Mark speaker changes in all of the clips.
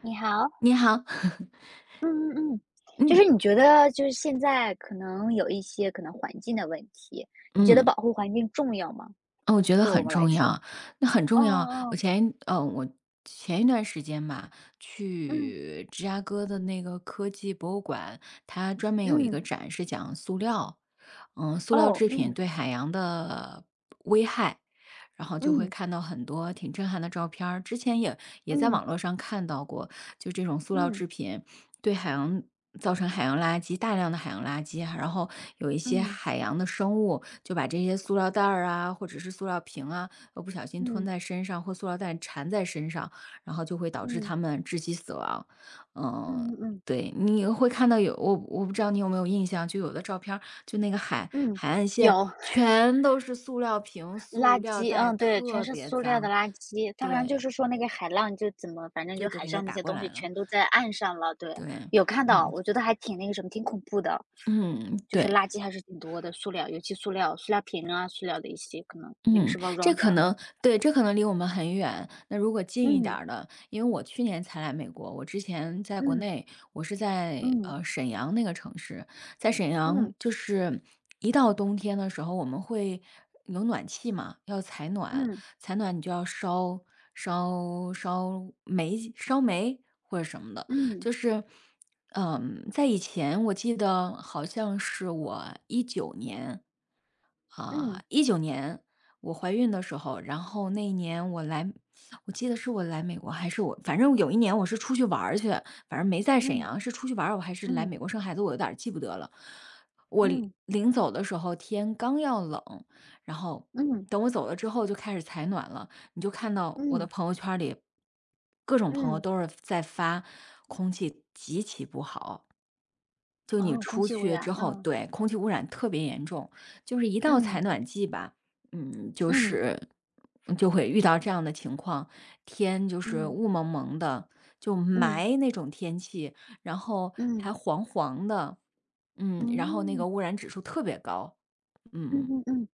Speaker 1: 你好。
Speaker 2: 你好，
Speaker 1: 嗯嗯嗯，就
Speaker 2: 嗯
Speaker 1: 是你觉得就是现在可能有一些可能环境的问题，你觉得
Speaker 2: 嗯，
Speaker 1: 保护环境重要吗？
Speaker 2: 哦我觉得
Speaker 1: 对我
Speaker 2: 很
Speaker 1: 们来
Speaker 2: 重
Speaker 1: 说。
Speaker 2: 要，那很
Speaker 1: 哦哦
Speaker 2: 重要。我
Speaker 1: 哦，
Speaker 2: 前一呃，我前一段时间吧，
Speaker 1: 嗯
Speaker 2: 去芝加哥的那个科技博物馆，它专门有一
Speaker 1: 嗯，
Speaker 2: 个展是讲塑料，嗯，塑料
Speaker 1: 哦，
Speaker 2: 制品
Speaker 1: 嗯
Speaker 2: 对海洋的危害，然后就会
Speaker 1: 嗯
Speaker 2: 看到很多挺震撼的照片儿。之前也在
Speaker 1: 嗯
Speaker 2: 网络上看到过，就这种塑料
Speaker 1: 嗯
Speaker 2: 制品，对海洋造成海洋垃圾，大量的海洋垃圾啊，然后有一些
Speaker 1: 嗯
Speaker 2: 海洋的生物就把这些塑料袋儿啊，或者是塑料瓶啊，不小心吞
Speaker 1: 嗯
Speaker 2: 在身上，或塑料袋缠在身上，然后就会导致
Speaker 1: 嗯
Speaker 2: 它们窒息死亡。嗯，
Speaker 1: 嗯嗯
Speaker 2: 对，你会看到有我不知道你有没有印象，就有的照片儿，就那个海
Speaker 1: 嗯。
Speaker 2: 海岸
Speaker 1: 有
Speaker 2: 线全都是塑料瓶、
Speaker 1: 垃
Speaker 2: 塑料
Speaker 1: 圾，
Speaker 2: 袋，
Speaker 1: 嗯，对，全
Speaker 2: 特
Speaker 1: 是
Speaker 2: 别
Speaker 1: 塑料的
Speaker 2: 脏。
Speaker 1: 垃圾，它好像就
Speaker 2: 对，
Speaker 1: 是说那个海浪就怎么，反正
Speaker 2: 就
Speaker 1: 就
Speaker 2: 都
Speaker 1: 海
Speaker 2: 给它
Speaker 1: 上那
Speaker 2: 打
Speaker 1: 些
Speaker 2: 过
Speaker 1: 东西
Speaker 2: 来了。
Speaker 1: 全都在岸上了，对。
Speaker 2: 对，
Speaker 1: 有看到，
Speaker 2: 嗯
Speaker 1: 我觉得还挺那个什么，挺恐怖的。
Speaker 2: 嗯，
Speaker 1: 就是
Speaker 2: 对。
Speaker 1: 垃圾还是挺多的，塑料，尤其塑料、塑料瓶啊，塑料的一些可能零
Speaker 2: 嗯，
Speaker 1: 食包
Speaker 2: 这
Speaker 1: 装这
Speaker 2: 可
Speaker 1: 样。
Speaker 2: 能对，这可能离我们很远。那如果近一点
Speaker 1: 嗯
Speaker 2: 儿的，因为我去年才来美国，我之前在国
Speaker 1: 嗯
Speaker 2: 内，我是在
Speaker 1: 嗯
Speaker 2: 沈阳那个城市，在沈阳
Speaker 1: 嗯
Speaker 2: 就是一到冬天的时候，我们会有暖气嘛，要采暖，
Speaker 1: 嗯
Speaker 2: 采暖你就要烧煤或者什么的，
Speaker 1: 嗯
Speaker 2: 就是。嗯，在以前我记得好像是我一九年啊，
Speaker 1: 嗯
Speaker 2: 一九年我怀孕的时候，然后那一年我来我记得是我来美国还是我反正有一年我是出去玩儿去，反正没在沈
Speaker 1: 嗯
Speaker 2: 阳，是出去玩儿，我还是来
Speaker 1: 嗯
Speaker 2: 美国生孩子，我有点儿记不得了。我临
Speaker 1: 嗯
Speaker 2: 临走的时候，天刚要冷，然后
Speaker 1: 嗯
Speaker 2: 等我走了之后就开始采暖了，你就看到我的
Speaker 1: 嗯
Speaker 2: 朋友圈里，各种朋友
Speaker 1: 嗯，
Speaker 2: 都是在发空气极其不好，就你
Speaker 1: 哦，空
Speaker 2: 出
Speaker 1: 气污
Speaker 2: 去之
Speaker 1: 染，
Speaker 2: 后，
Speaker 1: 嗯
Speaker 2: 对，空气污染特别严重，就是一到采
Speaker 1: 嗯
Speaker 2: 暖季吧，嗯，就
Speaker 1: 嗯
Speaker 2: 是就会遇到这样的情况，天就是
Speaker 1: 嗯
Speaker 2: 雾蒙蒙的，就
Speaker 1: 嗯
Speaker 2: 霾那种天气，然后
Speaker 1: 嗯
Speaker 2: 还黄黄的，嗯，然后那
Speaker 1: 嗯
Speaker 2: 个污染指数特别高，
Speaker 1: 嗯
Speaker 2: 嗯，
Speaker 1: 嗯嗯。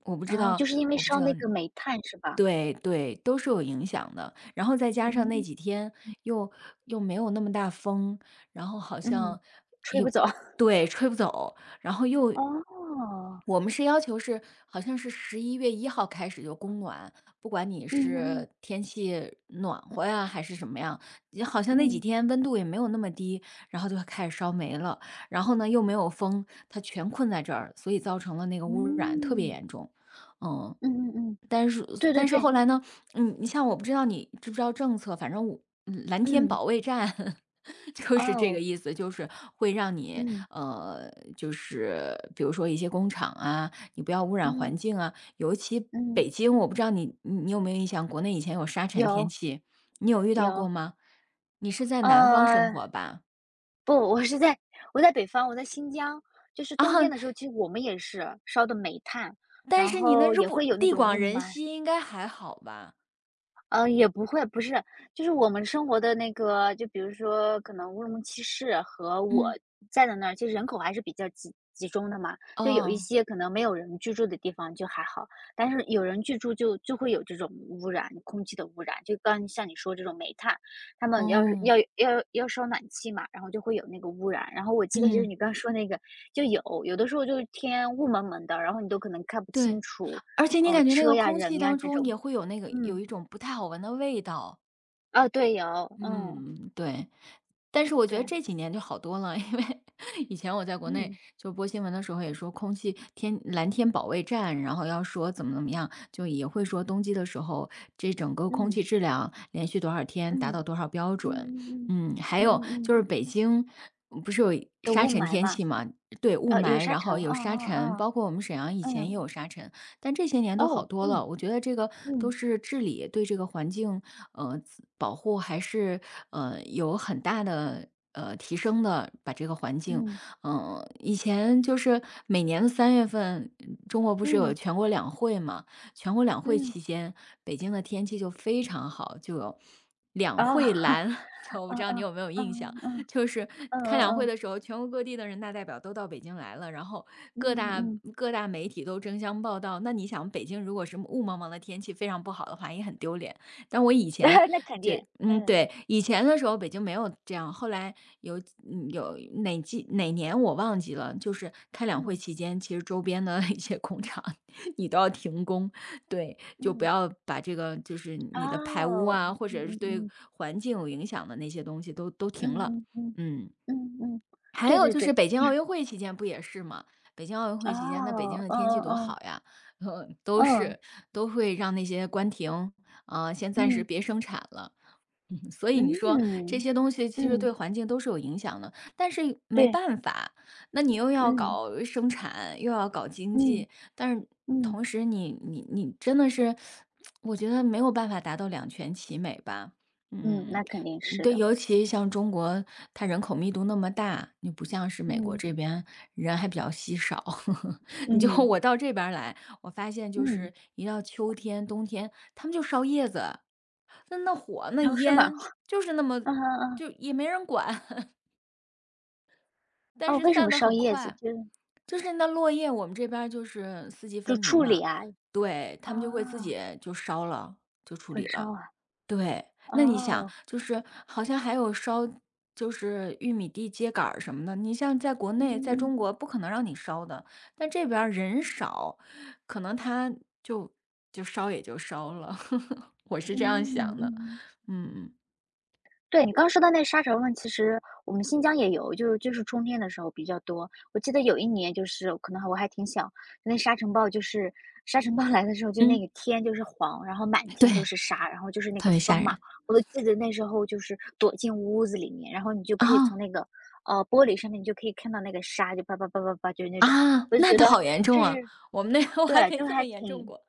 Speaker 2: 我不知
Speaker 1: 然后
Speaker 2: 道，
Speaker 1: 就是因为
Speaker 2: 我不知
Speaker 1: 烧那
Speaker 2: 道，
Speaker 1: 个煤炭是吧？
Speaker 2: 对对，都是有影响的。然后再加上那
Speaker 1: 嗯
Speaker 2: 几天又又没有那么大风，然后好
Speaker 1: 嗯。
Speaker 2: 像
Speaker 1: 吹
Speaker 2: 也
Speaker 1: 不走。
Speaker 2: 对，吹不走，然后
Speaker 1: 哦，
Speaker 2: 我们是要求是，好像是11月1号开始就供暖，不管你
Speaker 1: 嗯
Speaker 2: 是
Speaker 1: 嗯
Speaker 2: 天气暖和呀还是什么样，也好像那几
Speaker 1: 嗯
Speaker 2: 天温度也没有那么低，然后就开始烧煤了，然后呢又没有风，它全困在这儿，所以造成了那个污染特别
Speaker 1: 嗯
Speaker 2: 严重，嗯。
Speaker 1: 嗯嗯嗯，
Speaker 2: 但是
Speaker 1: 对对
Speaker 2: 但是
Speaker 1: 对。
Speaker 2: 后来呢，嗯，你像我不知道你知不知道政策，反正我蓝天
Speaker 1: 嗯。
Speaker 2: 保卫战 就是这个
Speaker 1: 哦，
Speaker 2: 意思，就是会让你
Speaker 1: 嗯，
Speaker 2: 呃，就是比如说一些工厂啊，你不要污染环
Speaker 1: 嗯，
Speaker 2: 境啊，尤其
Speaker 1: 嗯，
Speaker 2: 北京，我不知道你有没有印象，国内以前有沙尘天
Speaker 1: 有，
Speaker 2: 气，你有遇到过
Speaker 1: 有。
Speaker 2: 吗？你是在南方生
Speaker 1: 呃，
Speaker 2: 活吧？
Speaker 1: 不，我在北方，我在新疆。就是 冬天
Speaker 2: 啊，
Speaker 1: 的时候，其实我们也是烧的煤炭，
Speaker 2: 但
Speaker 1: 然
Speaker 2: 是你那
Speaker 1: 后
Speaker 2: 如
Speaker 1: 也
Speaker 2: 果
Speaker 1: 会有那
Speaker 2: 地
Speaker 1: 种
Speaker 2: 广
Speaker 1: 雾
Speaker 2: 人
Speaker 1: 霾。
Speaker 2: 稀，应该还好吧？
Speaker 1: 嗯，也不会，不是，就是我们生活的那个，就比如说可能乌鲁木齐市和我
Speaker 2: 嗯，
Speaker 1: 在的那儿，其实人口还是比较集中的嘛。就有一
Speaker 2: 哦，
Speaker 1: 些可能没有人居住的地方就还好，但是有人居住就会有这种污染，空气的污染。就刚像你说这种煤炭，他们要是
Speaker 2: 哦，
Speaker 1: 要烧暖气嘛，然后就会有那个污染。然后我记得就是
Speaker 2: 嗯。
Speaker 1: 你刚说那个，就有的时候就是天雾蒙蒙的，然后你都可能看不
Speaker 2: 对，
Speaker 1: 清楚。
Speaker 2: 而且你感觉那
Speaker 1: 车
Speaker 2: 个
Speaker 1: 呀
Speaker 2: 空气
Speaker 1: 人呀
Speaker 2: 当
Speaker 1: 这
Speaker 2: 中
Speaker 1: 种，
Speaker 2: 也会有那个有
Speaker 1: 嗯。
Speaker 2: 一种不太好闻的味道。
Speaker 1: 啊，对，有，嗯，
Speaker 2: 嗯，对。但是我觉得
Speaker 1: 对，
Speaker 2: 这几年就好多了，因为 以前我在国内
Speaker 1: 嗯，
Speaker 2: 就播新闻的时候也说空气天蓝天保卫战，然后要说怎么怎么样，就也会说冬季的时候这整个空
Speaker 1: 嗯，
Speaker 2: 气质量连续多少天达
Speaker 1: 嗯，
Speaker 2: 到多少标
Speaker 1: 嗯
Speaker 2: 准。
Speaker 1: 嗯嗯，
Speaker 2: 嗯，还
Speaker 1: 嗯
Speaker 2: 有
Speaker 1: 嗯嗯。
Speaker 2: 就是北京不是有
Speaker 1: 有
Speaker 2: 沙
Speaker 1: 雾
Speaker 2: 尘
Speaker 1: 霾
Speaker 2: 天
Speaker 1: 嘛。
Speaker 2: 气嘛？对，雾
Speaker 1: 有
Speaker 2: 霾，
Speaker 1: 沙
Speaker 2: 然
Speaker 1: 尘，
Speaker 2: 后
Speaker 1: 哦
Speaker 2: 有
Speaker 1: 哦
Speaker 2: 沙尘，
Speaker 1: 哦，
Speaker 2: 包括我们沈阳以前
Speaker 1: 嗯，
Speaker 2: 也有沙尘，但这些年都好
Speaker 1: 哦，
Speaker 2: 多
Speaker 1: 嗯
Speaker 2: 了。我觉得这个都
Speaker 1: 嗯
Speaker 2: 是治理对这个环境呃保护还是有很大的提升的，把这个环境，
Speaker 1: 嗯
Speaker 2: 嗯、以前就是每年的3月份，中国不是有
Speaker 1: 嗯
Speaker 2: 全国两会嘛？全国两会
Speaker 1: 嗯，
Speaker 2: 期间，北京的天气就非常好，就有两
Speaker 1: 哦，
Speaker 2: 会 蓝。就我不
Speaker 1: 嗯
Speaker 2: 知道你
Speaker 1: 嗯
Speaker 2: 有没有印象，
Speaker 1: 嗯嗯嗯
Speaker 2: 就是
Speaker 1: 嗯
Speaker 2: 开两
Speaker 1: 嗯
Speaker 2: 会
Speaker 1: 嗯
Speaker 2: 的时候，全国各地的人大代表都到北京来了，然后各大
Speaker 1: 嗯，
Speaker 2: 各大媒体都争相报道。那你想，北京如果是雾蒙蒙的天气非常不好的话，也很丢脸。但我以 前
Speaker 1: 那肯定，
Speaker 2: 这嗯，
Speaker 1: 嗯
Speaker 2: 对，以前的时候北京没有这样，后来有有哪季哪年我忘记了，就是开两会
Speaker 1: 嗯
Speaker 2: 期间，其实周边的 一些工厂你都要停工，对，就不
Speaker 1: 嗯，
Speaker 2: 要把这个就是你的排污
Speaker 1: 哦，
Speaker 2: 啊，或者是
Speaker 1: 嗯嗯
Speaker 2: 对
Speaker 1: 嗯
Speaker 2: 环境有影响的那些东西都
Speaker 1: 嗯
Speaker 2: 停了，
Speaker 1: 嗯嗯
Speaker 2: 嗯，
Speaker 1: 嗯嗯，
Speaker 2: 还
Speaker 1: 对
Speaker 2: 有
Speaker 1: 对
Speaker 2: 就是
Speaker 1: 对，
Speaker 2: 北京奥运会期间不也是吗？北京奥运会期间，那北京
Speaker 1: 哦，
Speaker 2: 的天气
Speaker 1: 嗯
Speaker 2: 多
Speaker 1: 嗯
Speaker 2: 好呀，呃，
Speaker 1: 嗯
Speaker 2: 都会让那些关停，啊、先暂时别生产了。嗯，所以
Speaker 1: 嗯
Speaker 2: 你说这
Speaker 1: 嗯
Speaker 2: 些东西其实
Speaker 1: 嗯嗯，
Speaker 2: 对环境都是有影响的，但是没
Speaker 1: 对，
Speaker 2: 办法，那你又要
Speaker 1: 嗯。
Speaker 2: 搞生产，又要搞经
Speaker 1: 嗯
Speaker 2: 济，但是
Speaker 1: 嗯
Speaker 2: 同时你真的是，我觉得没有办法达到两全其美吧。
Speaker 1: 嗯，
Speaker 2: 嗯，
Speaker 1: 那肯定是
Speaker 2: 对，
Speaker 1: 的，
Speaker 2: 尤其像中国，它人口密度那么大，你不像是美国
Speaker 1: 嗯
Speaker 2: 这边人还比较稀少。你就
Speaker 1: 嗯。
Speaker 2: 我到这边儿来，我发现就是
Speaker 1: 嗯，
Speaker 2: 一到秋天、冬天，他们就烧叶子。那那火、那
Speaker 1: 哦，是吗？
Speaker 2: 烟就是那么
Speaker 1: 啊啊啊，
Speaker 2: 就也没人管，但
Speaker 1: 哦，
Speaker 2: 是
Speaker 1: 为什
Speaker 2: 散
Speaker 1: 么
Speaker 2: 得
Speaker 1: 烧
Speaker 2: 很
Speaker 1: 叶子？
Speaker 2: 快。
Speaker 1: 就
Speaker 2: 就是那落叶，我们这边儿就是四季
Speaker 1: 就
Speaker 2: 分明
Speaker 1: 处
Speaker 2: 嘛，
Speaker 1: 理啊？
Speaker 2: 对，他
Speaker 1: 啊，
Speaker 2: 们就会自己就烧了，就处
Speaker 1: 焚
Speaker 2: 理
Speaker 1: 烧
Speaker 2: 了。
Speaker 1: 啊？
Speaker 2: 对，那你想，
Speaker 1: 哦，
Speaker 2: 就是好像还有烧，就是玉米地秸秆儿什么的，你像在国
Speaker 1: 嗯
Speaker 2: 内，在
Speaker 1: 嗯
Speaker 2: 中国不可能让你烧的，但这边儿人少，可能他就就烧也就烧了，我是
Speaker 1: 嗯
Speaker 2: 这样
Speaker 1: 嗯
Speaker 2: 想的，
Speaker 1: 嗯。
Speaker 2: 嗯
Speaker 1: 对，你刚说到那沙尘暴，其实我们新疆也有，就是春天的时候比较多。我记得有一年就是可能我还挺小，那沙尘暴就是沙尘暴来的时候，就那
Speaker 2: 嗯。
Speaker 1: 个天就是黄，然后满
Speaker 2: 对，
Speaker 1: 天都是沙，然后就是那
Speaker 2: 特
Speaker 1: 个
Speaker 2: 别吓
Speaker 1: 风嘛。
Speaker 2: 人。
Speaker 1: 我都记得那时候就是躲进屋子里面，然后你就可以
Speaker 2: 哦，
Speaker 1: 从那个玻璃上面，你就可以看到那个沙，就叭叭叭叭叭，就是那种。
Speaker 2: 啊，
Speaker 1: 我就
Speaker 2: 那
Speaker 1: 觉
Speaker 2: 倒
Speaker 1: 得
Speaker 2: 好严重
Speaker 1: 这是
Speaker 2: 啊！我们那个 我还
Speaker 1: 对，
Speaker 2: 没
Speaker 1: 就
Speaker 2: 这么
Speaker 1: 还
Speaker 2: 严重
Speaker 1: 挺
Speaker 2: 过。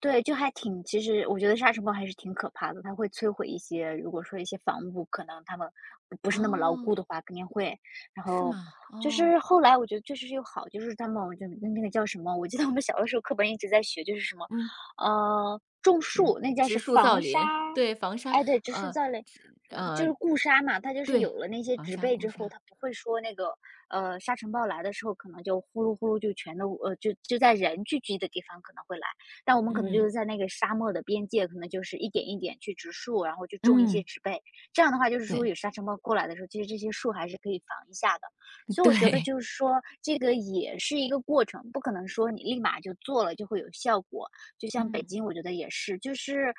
Speaker 1: 对，就还挺其实我觉得沙尘暴还是挺可怕的，它会摧毁一些如果说一些房屋可能他们不是那么牢
Speaker 2: 哦，
Speaker 1: 固的话，肯定会。然
Speaker 2: 是
Speaker 1: 后
Speaker 2: 吗？
Speaker 1: 就
Speaker 2: 哦，
Speaker 1: 是后来我觉得确实是有好，就是他们就那个叫什么，我记得我们小的时候课本一直在学，就是什么。
Speaker 2: 嗯，
Speaker 1: 种树，那叫
Speaker 2: 植
Speaker 1: 是
Speaker 2: 树造
Speaker 1: 防沙。
Speaker 2: 林，对，防沙，
Speaker 1: 哎，对，植树
Speaker 2: 呃，
Speaker 1: 造林，
Speaker 2: 植
Speaker 1: 就
Speaker 2: 呃，
Speaker 1: 是固沙嘛，它就是
Speaker 2: 对，
Speaker 1: 有了那些
Speaker 2: 防
Speaker 1: 植
Speaker 2: 沙
Speaker 1: 被
Speaker 2: 固
Speaker 1: 之后，
Speaker 2: 沙，
Speaker 1: 它不会说那个沙尘暴来的时候，可能就呼噜呼噜就全都就在人聚集的地方可能会来。但我们可能就
Speaker 2: 嗯
Speaker 1: 是在那个沙漠的边界，可能就是一点一点去植树，然后去种一些
Speaker 2: 嗯，
Speaker 1: 植被。这样的话，就是说
Speaker 2: 对
Speaker 1: 有沙尘暴过来的时候，其实这些树还是可以防一下的。所 以
Speaker 2: 对，
Speaker 1: 我觉得就是说，这个也是一个过程，不可能说你立马就做了就会有效果。就像北
Speaker 2: 嗯
Speaker 1: 京，我觉得也是，就是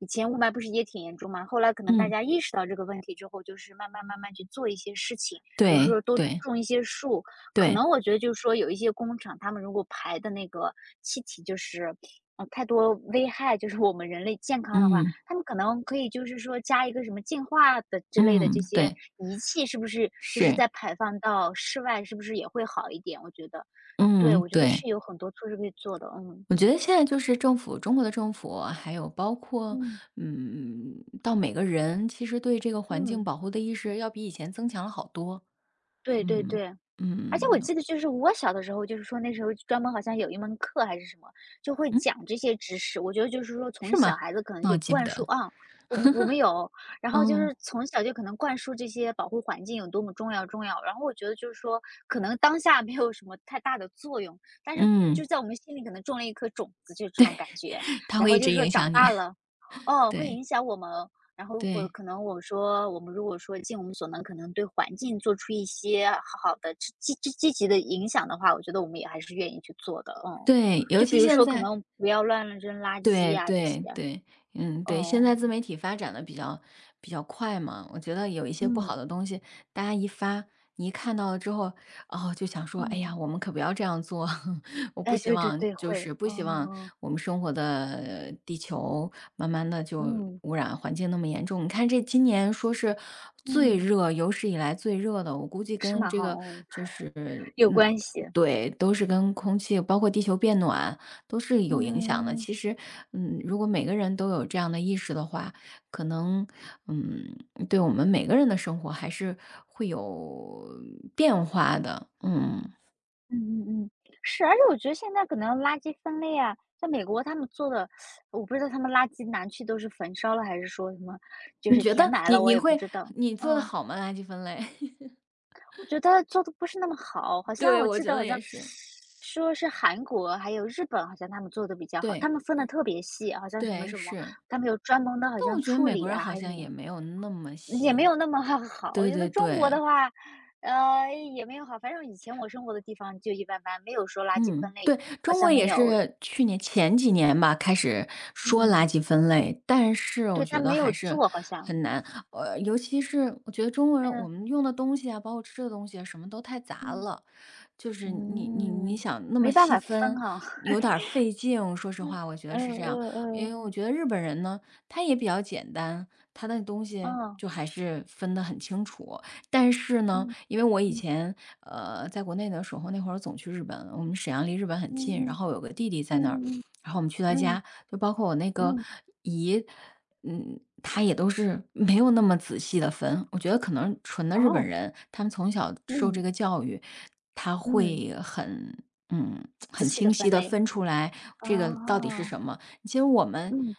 Speaker 1: 以前雾霾不是也挺严重嘛，后来可能大
Speaker 2: 嗯，
Speaker 1: 家意识到这个问题之后，就是慢慢慢慢去做一些事情，比如
Speaker 2: 对
Speaker 1: 说多
Speaker 2: 对
Speaker 1: 种一些树。可
Speaker 2: 对，
Speaker 1: 能我觉得就是说有一些工厂，他们如果排的那个气体就是嗯，太多危害，就是我们人类健康的话，
Speaker 2: 嗯
Speaker 1: 他们可能可以就是说加一个什么净化的之类的
Speaker 2: 嗯，
Speaker 1: 这些
Speaker 2: 对，
Speaker 1: 仪器，是不是就是
Speaker 2: 是，
Speaker 1: 再排放到室外，是不是也会好一点？我觉得，对，
Speaker 2: 嗯
Speaker 1: 我觉得
Speaker 2: 对。
Speaker 1: 是有很多措施可以做的，嗯，
Speaker 2: 我觉得现在就是政府，中国的政府，还有包括，
Speaker 1: 嗯。
Speaker 2: 嗯，到每个人，其实对这个环境
Speaker 1: 嗯，
Speaker 2: 保护的意识要比以前增强了好多。
Speaker 1: 对对
Speaker 2: 嗯
Speaker 1: 对。而且我
Speaker 2: 嗯
Speaker 1: 记得就是我小的时候，就是说那时候专门好像有一门课还是什么，就会
Speaker 2: 嗯，
Speaker 1: 讲这些知识。我觉得就是说从
Speaker 2: 是
Speaker 1: 小
Speaker 2: 吗？
Speaker 1: 孩子可能
Speaker 2: 那我
Speaker 1: 就
Speaker 2: 记不
Speaker 1: 灌输
Speaker 2: 得。
Speaker 1: 啊，我们有，然后就
Speaker 2: 嗯
Speaker 1: 是从小就可能灌输这些保护环境有多么重要。然后我觉得就是说，可能当下没有什么太大的作用，但是就
Speaker 2: 嗯，
Speaker 1: 在我们心里可能种了一颗种子，就这种感觉。
Speaker 2: 它
Speaker 1: 然
Speaker 2: 会一
Speaker 1: 后就
Speaker 2: 直
Speaker 1: 是说
Speaker 2: 影
Speaker 1: 长
Speaker 2: 响你。
Speaker 1: 大了，哦，会
Speaker 2: 对
Speaker 1: 影响我们，然后或
Speaker 2: 对
Speaker 1: 可能我说，我们如果说尽我们所能，可能对环境做出一些好好的积极的影响的话，我觉得我们也还是愿意去做的，嗯。
Speaker 2: 对，尤
Speaker 1: 就比
Speaker 2: 其
Speaker 1: 如
Speaker 2: 现
Speaker 1: 说可
Speaker 2: 在
Speaker 1: 能不要乱扔垃圾
Speaker 2: 对
Speaker 1: 呀，这些，
Speaker 2: 对对，嗯，对，现在
Speaker 1: 嗯，
Speaker 2: 自媒体发展的比较快嘛，我觉得有一些不好
Speaker 1: 嗯，
Speaker 2: 的东西，大家一发，你一看到了之后，哦，就想说，哎
Speaker 1: 嗯，
Speaker 2: 呀，我们可不要这样做，我不
Speaker 1: 哎，
Speaker 2: 希
Speaker 1: 对对
Speaker 2: 望，
Speaker 1: 对，
Speaker 2: 就
Speaker 1: 会，
Speaker 2: 是不
Speaker 1: 哦，
Speaker 2: 希望
Speaker 1: 嗯
Speaker 2: 我们生活的地球慢慢的就
Speaker 1: 嗯，
Speaker 2: 污染环境那么严重。你看这今年说是
Speaker 1: 嗯，
Speaker 2: 最
Speaker 1: 嗯，
Speaker 2: 热，有史以来最热的，我估计
Speaker 1: 是
Speaker 2: 跟
Speaker 1: 吗？
Speaker 2: 这
Speaker 1: 哈，
Speaker 2: 个
Speaker 1: 哦，
Speaker 2: 就是，
Speaker 1: 有
Speaker 2: 嗯，
Speaker 1: 关系，嗯
Speaker 2: 对，都是跟空气，包括地球变暖。都是有影响的。
Speaker 1: 嗯嗯。
Speaker 2: 其实，嗯，如果每个人都有这样的意识的话，可能，嗯，对我们每个人的生活还是会有变化的。嗯，
Speaker 1: 嗯嗯嗯，是，而且我觉得现在可能垃圾分类啊，在美国他们做的，我不知道他们垃圾拿去都是焚烧了，还是说什么就
Speaker 2: 你
Speaker 1: 是
Speaker 2: 觉
Speaker 1: 填
Speaker 2: 得
Speaker 1: 埋
Speaker 2: 你
Speaker 1: 了，我
Speaker 2: 你
Speaker 1: 也不
Speaker 2: 会
Speaker 1: 知道。
Speaker 2: 你做的
Speaker 1: 嗯，
Speaker 2: 好吗？垃圾分类？
Speaker 1: 我觉得做的不是那么好，好 像
Speaker 2: 对，
Speaker 1: 我
Speaker 2: 我
Speaker 1: 记
Speaker 2: 觉
Speaker 1: 得
Speaker 2: 得
Speaker 1: 好
Speaker 2: 也
Speaker 1: 像
Speaker 2: 是。
Speaker 1: 说是韩国还有日本，好像他们做的比较好，他
Speaker 2: 对
Speaker 1: 们分的特别细，好像什么
Speaker 2: 对，
Speaker 1: 什么，
Speaker 2: 是。
Speaker 1: 他们有专门的好
Speaker 2: 但我
Speaker 1: 像
Speaker 2: 觉得
Speaker 1: 处
Speaker 2: 美国
Speaker 1: 理
Speaker 2: 人
Speaker 1: 啊，
Speaker 2: 好
Speaker 1: 还是什
Speaker 2: 像
Speaker 1: 么。
Speaker 2: 也没有那么
Speaker 1: 也没
Speaker 2: 细。
Speaker 1: 有那么 好，我
Speaker 2: 对
Speaker 1: 觉
Speaker 2: 对
Speaker 1: 得中国
Speaker 2: 对。
Speaker 1: 的话。也没有好。反正以前我生活的地方就一般般，没有说垃圾
Speaker 2: 嗯，
Speaker 1: 分类，
Speaker 2: 对，
Speaker 1: 好
Speaker 2: 中国
Speaker 1: 像没
Speaker 2: 也
Speaker 1: 有。
Speaker 2: 是去年前几年吧，开始说
Speaker 1: 嗯，
Speaker 2: 垃圾分类，但是我
Speaker 1: 对，但
Speaker 2: 觉得
Speaker 1: 没
Speaker 2: 还
Speaker 1: 有
Speaker 2: 是
Speaker 1: 做好像。
Speaker 2: 很难，尤其是我觉得中国人我
Speaker 1: 嗯，
Speaker 2: 们用的东西啊，包括吃的东西啊什么都太杂
Speaker 1: 嗯。
Speaker 2: 了，就是你
Speaker 1: 嗯，
Speaker 2: 想那么
Speaker 1: 没办
Speaker 2: 细
Speaker 1: 法分
Speaker 2: 分，
Speaker 1: 哈。
Speaker 2: 有点儿费劲，说实话，我觉得
Speaker 1: 嗯
Speaker 2: 是这样，
Speaker 1: 嗯
Speaker 2: 因为
Speaker 1: 嗯，
Speaker 2: 我觉得日本人呢，他也比较简单，他的东西
Speaker 1: 嗯，
Speaker 2: 就还是分得很清楚，但是呢。
Speaker 1: 嗯。
Speaker 2: 因为我以前在国内的时候，那会儿总去日本，我们沈阳离日本很
Speaker 1: 嗯
Speaker 2: 近，然
Speaker 1: 嗯
Speaker 2: 后有个弟弟在那儿，
Speaker 1: 嗯嗯嗯。
Speaker 2: 然后我们去他
Speaker 1: 嗯，
Speaker 2: 家，就包括我那个
Speaker 1: 嗯，
Speaker 2: 姨，嗯，她也都是没有那么仔细的分。我觉得可能纯的日本
Speaker 1: 哦，
Speaker 2: 人，他们从小受
Speaker 1: 嗯，
Speaker 2: 这个教育，他
Speaker 1: 嗯，
Speaker 2: 会很。嗯，
Speaker 1: 仔
Speaker 2: 很
Speaker 1: 细
Speaker 2: 清
Speaker 1: 的
Speaker 2: 晰
Speaker 1: 分
Speaker 2: 的
Speaker 1: 类，
Speaker 2: 分出来这个到底是
Speaker 1: 哦，
Speaker 2: 什么。其实我们
Speaker 1: 嗯，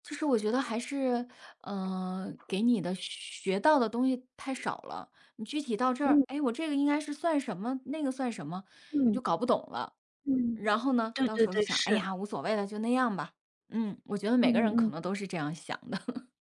Speaker 2: 就是我觉得还是，给你的学到的东西太少了。你具体到这儿，
Speaker 1: 嗯，
Speaker 2: 哎，我这个应该是算什么，那个算什么，就
Speaker 1: 嗯，
Speaker 2: 搞不懂了。
Speaker 1: 嗯，
Speaker 2: 然后呢，
Speaker 1: 对
Speaker 2: 到
Speaker 1: 对
Speaker 2: 时候就
Speaker 1: 对，
Speaker 2: 想，哎
Speaker 1: 是，
Speaker 2: 呀，无所谓了，就那样吧。嗯，我觉得每个
Speaker 1: 嗯
Speaker 2: 人
Speaker 1: 嗯
Speaker 2: 可
Speaker 1: 嗯。
Speaker 2: 能都是这样想的。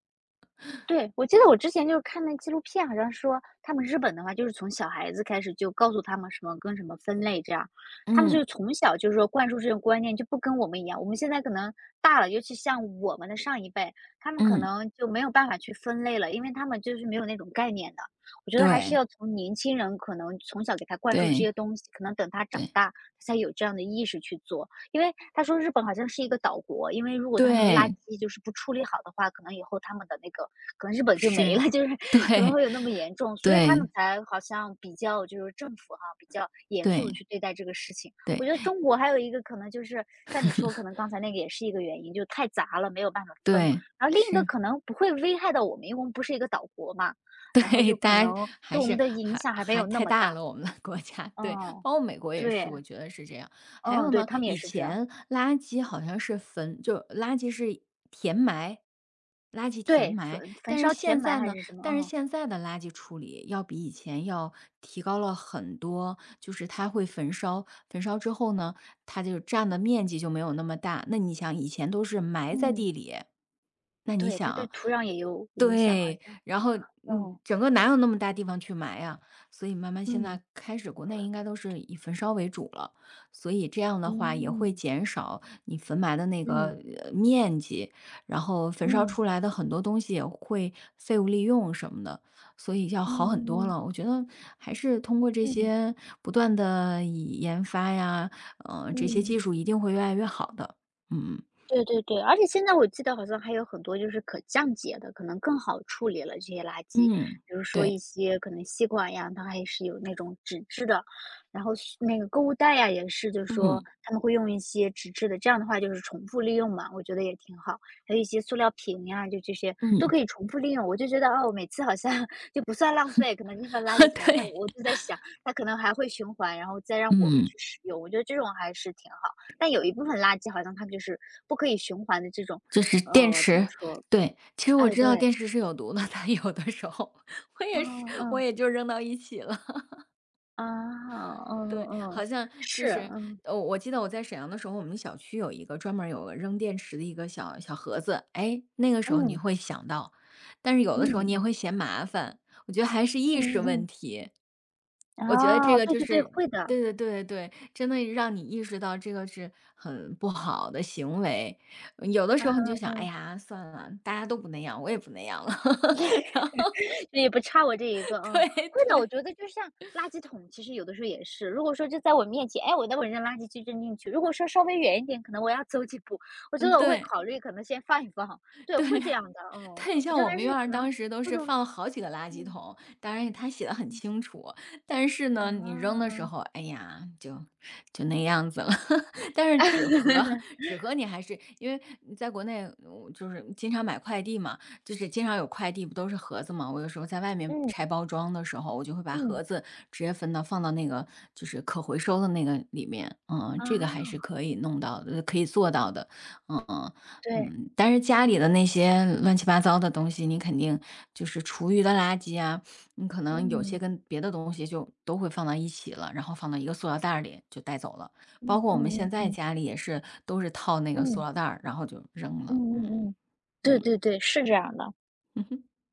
Speaker 1: 对，我记得我之前就是看那纪录片，好像说他们日本的话，就是从小孩子开始就告诉他们什么跟什么分类，这样，他们就
Speaker 2: 嗯
Speaker 1: 是从小就是说灌输这种观念，就不跟我们一样。我们现在可能大了，尤其像我们的上一辈，他们可
Speaker 2: 嗯，
Speaker 1: 能就没有办法去分类了，因为他们就是没有那种概念的。我觉得还是
Speaker 2: 对
Speaker 1: 要从年轻人可能从小给他灌输这
Speaker 2: 对
Speaker 1: 些东西，可能等他长
Speaker 2: 对
Speaker 1: 大，他才有这样的意识去做。因为他说日本好像是一个岛国，因为如果他们的垃
Speaker 2: 对，
Speaker 1: 圾就是不处理好的话，可能以后他们的那个可能日本就没
Speaker 2: 是，
Speaker 1: 了，就是可能
Speaker 2: 对
Speaker 1: 会有那么严重，所以他
Speaker 2: 对
Speaker 1: 们才好像比较就是政府哈，比较严肃的
Speaker 2: 对
Speaker 1: 去对待这个事情。我
Speaker 2: 对
Speaker 1: 觉得中国还有一个可能就是像你说可能 刚才那个也是一个原因，就太杂了，没有办法分。
Speaker 2: 对，
Speaker 1: 然后另一个
Speaker 2: 是。
Speaker 1: 可能不会危害到我们，因为我们不是一个岛国嘛，然后
Speaker 2: 对，
Speaker 1: 就可
Speaker 2: 大家
Speaker 1: 能
Speaker 2: 还
Speaker 1: 对我们
Speaker 2: 是
Speaker 1: 的影
Speaker 2: 还
Speaker 1: 响还没
Speaker 2: 还
Speaker 1: 有那
Speaker 2: 太
Speaker 1: 么
Speaker 2: 大
Speaker 1: 大。
Speaker 2: 了，我们的国家，对，
Speaker 1: 嗯，
Speaker 2: 包括美国也是，
Speaker 1: 对，
Speaker 2: 我觉得是这样。还
Speaker 1: 嗯，
Speaker 2: 有
Speaker 1: 对，
Speaker 2: 呢，
Speaker 1: 他们也
Speaker 2: 以
Speaker 1: 是这样。
Speaker 2: 前垃圾好像是焚，就垃圾是填埋，垃圾填
Speaker 1: 对，
Speaker 2: 埋，
Speaker 1: 焚焚
Speaker 2: 但是
Speaker 1: 烧填
Speaker 2: 现
Speaker 1: 埋
Speaker 2: 在
Speaker 1: 还
Speaker 2: 呢，
Speaker 1: 是什么，
Speaker 2: 但是
Speaker 1: 嗯，
Speaker 2: 现在的垃圾处理要比以前要提高了很多，就是它会焚烧，焚烧之后呢，它就占的面积就没有那么大。那你想，以前都是埋在
Speaker 1: 嗯，
Speaker 2: 地里，那你
Speaker 1: 对，它对
Speaker 2: 想，
Speaker 1: 土壤也有影响好
Speaker 2: 对，
Speaker 1: 像，
Speaker 2: 然后，嗯，
Speaker 1: 嗯，
Speaker 2: 整个哪有那么大地方去埋呀？所以慢慢现
Speaker 1: 嗯。
Speaker 2: 在开始，国内应该都是以焚烧为主了，所以这样的话也会
Speaker 1: 嗯，
Speaker 2: 减少你焚埋的那
Speaker 1: 嗯，
Speaker 2: 个面积，然后焚烧
Speaker 1: 嗯，
Speaker 2: 出来的很多东西也会废物利用什么的，所以要好很多
Speaker 1: 嗯嗯
Speaker 2: 了。我觉得还是通过这
Speaker 1: 嗯，嗯，
Speaker 2: 些不断的以研发呀，这些
Speaker 1: 嗯。
Speaker 2: 技术一定会越来越好的。嗯
Speaker 1: 对对对，而且现在我记得好像还有很多就是可降解的，可能更好处理了这些垃圾，
Speaker 2: 嗯，
Speaker 1: 比如说一
Speaker 2: 对，
Speaker 1: 些可能吸管呀，它还是有那种纸质的，然后是那个购物袋呀也是，就是说
Speaker 2: 嗯
Speaker 1: 他们会用一些纸质的，这样的话就是重复利用嘛，我觉得也挺好。还有一些塑料瓶呀，就这些都
Speaker 2: 嗯，
Speaker 1: 可以重复利用，我就觉得哦，每次好像 就不算浪费，可能扔到垃圾 桶，它
Speaker 2: 对，
Speaker 1: 我就在想，它可能还会循环，然后再让我们
Speaker 2: 嗯。
Speaker 1: 去使用，我觉得这种还是挺好。但有一部分垃圾好像它就是不可以循环的这种。
Speaker 2: 就是电
Speaker 1: 怎么
Speaker 2: 池，
Speaker 1: 说？
Speaker 2: 对，其实我
Speaker 1: 哎，
Speaker 2: 知道
Speaker 1: 对，
Speaker 2: 电池是有毒的，但有的时候我
Speaker 1: 嗯
Speaker 2: 也是，我
Speaker 1: 嗯，
Speaker 2: 也就扔到一起了。
Speaker 1: 啊，嗯
Speaker 2: 对，
Speaker 1: 嗯
Speaker 2: 好
Speaker 1: 嗯，
Speaker 2: 像就
Speaker 1: 是，
Speaker 2: 是
Speaker 1: 嗯
Speaker 2: 我记得我在沈阳的时候，我们小区有一个专门有个扔电池的一个小小盒子，哎，那个时候你
Speaker 1: 嗯
Speaker 2: 会想到，但是有的时候
Speaker 1: 嗯
Speaker 2: 你也会嫌麻烦，我觉得还是意识
Speaker 1: 嗯
Speaker 2: 问
Speaker 1: 嗯，
Speaker 2: 题。
Speaker 1: 哦，
Speaker 2: 我觉得这个
Speaker 1: 对
Speaker 2: 就
Speaker 1: 对对，
Speaker 2: 是
Speaker 1: 会的，
Speaker 2: 对对对对对，真的让你意识到这个是很不好的行为。嗯有的
Speaker 1: 嗯
Speaker 2: 时候你就
Speaker 1: 嗯
Speaker 2: 想，哎
Speaker 1: 嗯，
Speaker 2: 呀，算了，大家都不那样，我也不那样了。
Speaker 1: 也不差我这一个，嗯，
Speaker 2: 对
Speaker 1: 会的。我
Speaker 2: 对，
Speaker 1: 觉得就像垃圾桶，其实有的时候也是，如果说就在我面前，哎，我待会儿扔垃圾就扔进去，如果说稍微远一点，可能我要走几步，我觉
Speaker 2: 嗯，
Speaker 1: 得我会
Speaker 2: 对。
Speaker 1: 考虑可能先放一放，对，
Speaker 2: 对，
Speaker 1: 会这 样的，嗯，
Speaker 2: 但你
Speaker 1: 我
Speaker 2: 像
Speaker 1: 觉得
Speaker 2: 我
Speaker 1: 还
Speaker 2: 们院
Speaker 1: 是
Speaker 2: 儿
Speaker 1: 可能
Speaker 2: 当时都
Speaker 1: 各
Speaker 2: 是
Speaker 1: 种，
Speaker 2: 放了好几个垃圾
Speaker 1: 嗯
Speaker 2: 桶，当然他写的很
Speaker 1: 嗯。
Speaker 2: 清楚，但是呢，你扔的时
Speaker 1: 啊，
Speaker 2: 候，哎呀，就那样子了。但是纸盒，纸盒你还是因为你在国内，我就是经常买快递嘛，就是经常有快递不都是盒子嘛，我有时候在外面
Speaker 1: 嗯，
Speaker 2: 拆包装的时候，我就会把盒
Speaker 1: 嗯，
Speaker 2: 子直接分到放到那个就是可回收的那个里面，嗯，这个还
Speaker 1: 啊，
Speaker 2: 是可以弄到的，可以做到的，嗯。
Speaker 1: 对，
Speaker 2: 嗯，但是家里的那些乱七八糟的东西，你肯定就是厨余的垃圾啊，你可能有些
Speaker 1: 嗯，
Speaker 2: 跟别的东西就都会放到一起了，然后放到一个塑料袋儿里就带走了。包
Speaker 1: 嗯
Speaker 2: 括我们
Speaker 1: 嗯
Speaker 2: 现
Speaker 1: 嗯
Speaker 2: 在
Speaker 1: 嗯，
Speaker 2: 家里也是，都是套那个塑
Speaker 1: 嗯
Speaker 2: 料袋儿，然后就扔
Speaker 1: 嗯
Speaker 2: 了。嗯
Speaker 1: 嗯嗯，对
Speaker 2: 嗯。
Speaker 1: 对对，是这样的。